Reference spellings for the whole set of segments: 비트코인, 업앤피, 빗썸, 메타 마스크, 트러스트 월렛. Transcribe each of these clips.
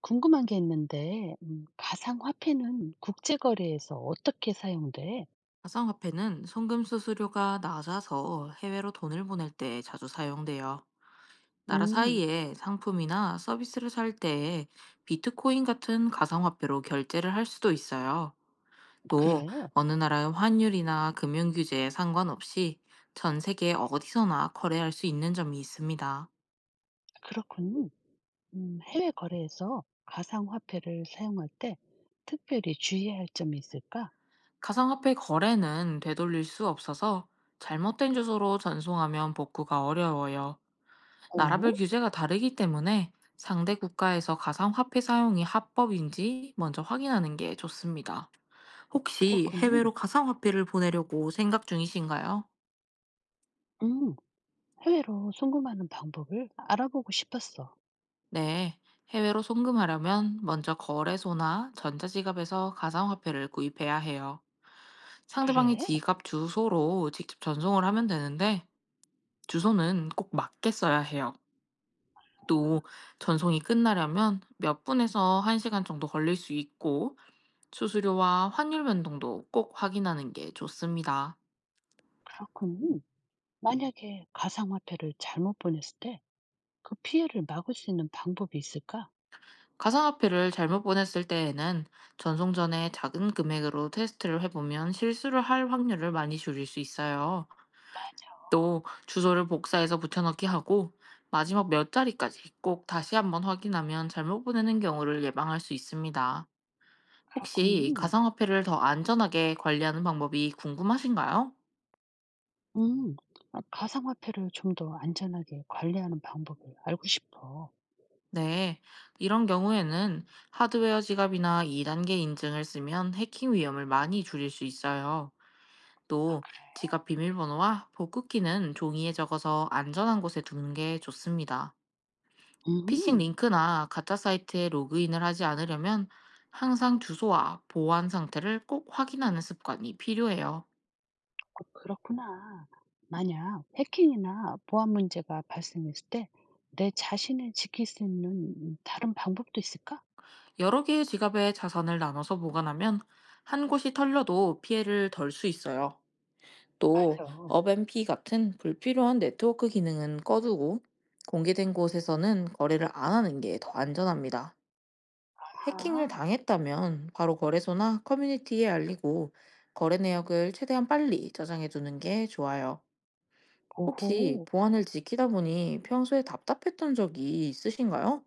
궁금한 게 있는데, 가상화폐는 국제거래에서 어떻게 사용돼? 가상화폐는 송금 수수료가 낮아서 해외로 돈을 보낼 때 자주 사용돼요. 나라 음, 사이에 상품이나 서비스를 살 때 비트코인 같은 가상화폐로 결제를 할 수도 있어요. 또 그래. 어느 나라의 환율이나 금융 규제에 상관없이 전 세계 어디서나 거래할 수 있는 점이 있습니다. 그렇군. 해외 거래에서 가상화폐를 사용할 때 특별히 주의해야 할 점이 있을까? 가상화폐 거래는 되돌릴 수 없어서 잘못된 주소로 전송하면 복구가 어려워요. 나라별 오, 규제가 다르기 때문에 상대 국가에서 가상화폐 사용이 합법인지 먼저 확인하는 게 좋습니다. 혹시 그렇군. 해외로 가상화폐를 보내려고 생각 중이신가요? 음, 해외로 송금하는 방법을 알아보고 싶었어. 네. 해외로 송금하려면 먼저 거래소나 전자지갑에서 가상화폐를 구입해야 해요. 상대방의 그래, 지갑 주소로 직접 전송을 하면 되는데, 주소는 꼭 맞게 써야 해요. 또 전송이 끝나려면 몇 분에서 1시간 정도 걸릴 수 있고, 수수료와 환율 변동도 꼭 확인하는 게 좋습니다. 그렇군. 만약에 가상화폐를 잘못 보냈을 때 그 피해를 막을 수 있는 방법이 있을까? 가상화폐를 잘못 보냈을 때에는 전송 전에 작은 금액으로 테스트를 해보면 실수를 할 확률을 많이 줄일 수 있어요. 맞아, 또 주소를 복사해서 붙여넣기 하고, 마지막 몇 자리까지 꼭 다시 한번 확인하면 잘못 보내는 경우를 예방할 수 있습니다. 혹시 그렇군. 가상화폐를 더 안전하게 관리하는 방법이 궁금하신가요? 음. 아 가상화폐를 좀 더 안전하게 관리하는 방법을 알고 싶어. 네, 이런 경우에는 하드웨어 지갑이나 2단계 인증을 쓰면 해킹 위험을 많이 줄일 수 있어요. 아 또 그래. 지갑 비밀번호와 복구키는 종이에 적어서 안전한 곳에 두는 게 좋습니다. 피싱 음. 링크나 가짜 사이트에 로그인을 하지 않으려면 항상 주소와 보안 상태를 꼭 확인하는 습관이 필요해요. 어 그렇구나. 만약 해킹이나 보안 문제가 발생했을 때 내 자신을 지킬 수 있는 다른 방법도 있을까? 여러 개의 지갑에 자산을 나눠서 보관하면 한 곳이 털려도 피해를 덜 수 있어요. 또 맞아. 업앤피 같은 불필요한 네트워크 기능은 꺼두고, 공개된 곳에서는 거래를 안 하는 게 더 안전합니다. 해킹을 아. 당했다면 바로 거래소나 커뮤니티에 알리고, 거래 내역을 최대한 빨리 저장해 두는 게 좋아요. 혹시 오호. 보안을 지키다 보니 평소에 답답했던 적이 있으신가요?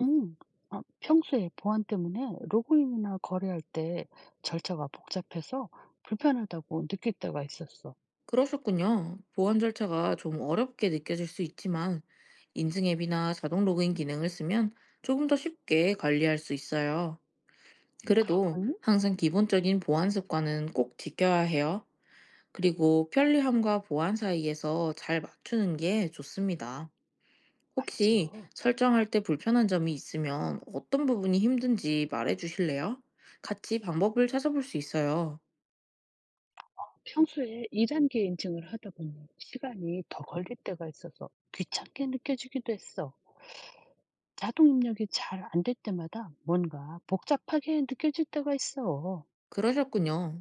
음. 아 평소에 보안 때문에 로그인이나 거래할 때 절차가 복잡해서 불편하다고 느낄 때가 있었어. 그러셨군요. 보안 절차가 좀 어렵게 느껴질 수 있지만, 인증 앱이나 자동 로그인 기능을 쓰면 조금 더 쉽게 관리할 수 있어요. 그래도 응 항상 기본적인 보안 습관은 꼭 지켜야 해요. 그리고 편리함과 보안 사이에서 잘 맞추는 게 좋습니다. 혹시 맞아. 설정할 때 불편한 점이 있으면 어떤 부분이 힘든지 말해 주실래요? 같이 방법을 찾아볼 수 있어요. 평소에 2 단계 인증을 하다 보니 시간이 더 걸릴 때가 있어서 귀찮게 느껴지기도 했어. 자동 입력이 잘 안될 때마다 뭔가 복잡하게 느껴질 때가 있어. 그러셨군요.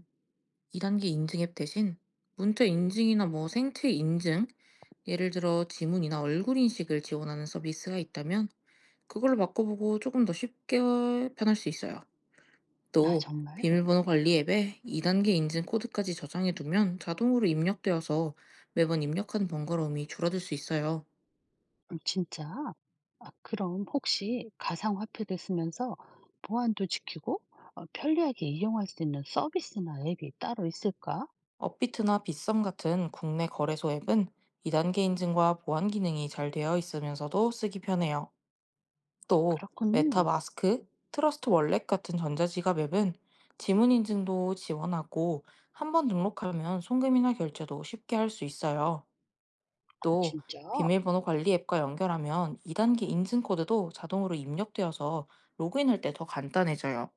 2단계 인증 앱 대신 문자 인증이나 생체 인증, 예를 들어 지문이나 얼굴 인식을 지원하는 서비스가 있다면 그걸로 바꿔보고 조금 더 쉽게 편할 수 있어요. 아, 또 정말? 비밀번호 관리 앱에 2단계 인증 코드까지 저장해 두면 자동으로 입력되어서 매번 입력한 번거로움이 줄어들 수 있어요. 진짜? 아, 그럼 혹시 가상화폐를 쓰면서 보안도 지키고 어, 편리하게 이용할 수 있는 서비스나 앱이 따로 있을까? 업비트나 빗썸 같은 국내 거래소 앱은 2단계 인증과 보안 기능이 잘 되어 있으면서도 쓰기 편해요. 또 메타 그렇군. 마스크, 트러스트 월렛 같은 전자지갑 앱은 지문 인증도 지원하고, 한번 등록하면 송금이나 결제도 쉽게 할 수 있어요. 아, 또 진짜? 비밀번호 관리 앱과 연결하면 2단계 인증 코드도 자동으로 입력되어서 로그인할 때 더 간단해져요.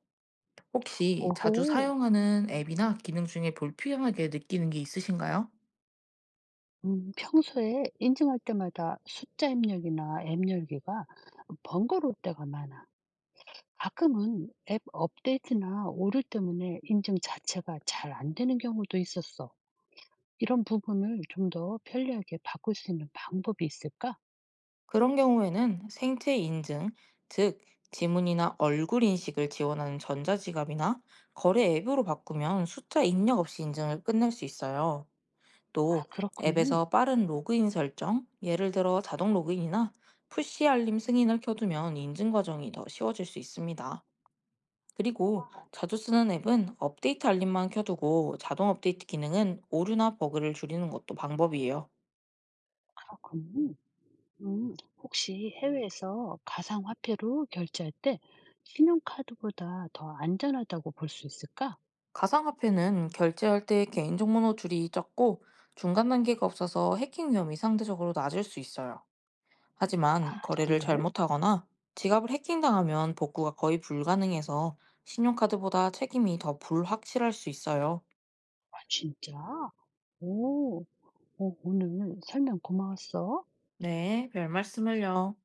혹시 자주 오호. 사용하는 앱이나 기능 중에 불필요하게 느끼는 게 있으신가요? 평소에 인증할 때마다 숫자 입력이나 앱 열기가 번거로울 때가 많아. 가끔은 앱 업데이트나 오류 때문에 인증 자체가 잘 안 되는 경우도 있었어. 이런 부분을 좀 더 편리하게 바꿀 수 있는 방법이 있을까? 그런 경우에는 생체 인증, 즉 지문이나 얼굴 인식을 지원하는 전자지갑이나 거래 앱으로 바꾸면 숫자 입력 없이 인증을 끝낼 수 있어요. 아, 또 그렇군. 앱에서 빠른 로그인 설정, 예를 들어 자동 로그인이나 푸시 알림 승인을 켜두면 인증 과정이 더 쉬워질 수 있습니다. 그리고 자주 쓰는 앱은 업데이트 알림만 켜두고 자동 업데이트 기능은 오류나 버그를 줄이는 것도 방법이에요. 그렇군. 혹시 해외에서 가상화폐로 결제할 때 신용카드보다 더 안전하다고 볼 수 있을까? 가상화폐는 결제할 때 개인정보 노출이 적고 중간 단계가 없어서 해킹 위험이 상대적으로 낮을 수 있어요. 아, 하지만 거래를 정말? 잘못하거나 지갑을 해킹당하면 복구가 거의 불가능해서 신용카드보다 책임이 더 불확실할 수 있어요. 아, 진짜? 오, 오, 오늘 설명 고마웠어. 네, 별 말씀을요.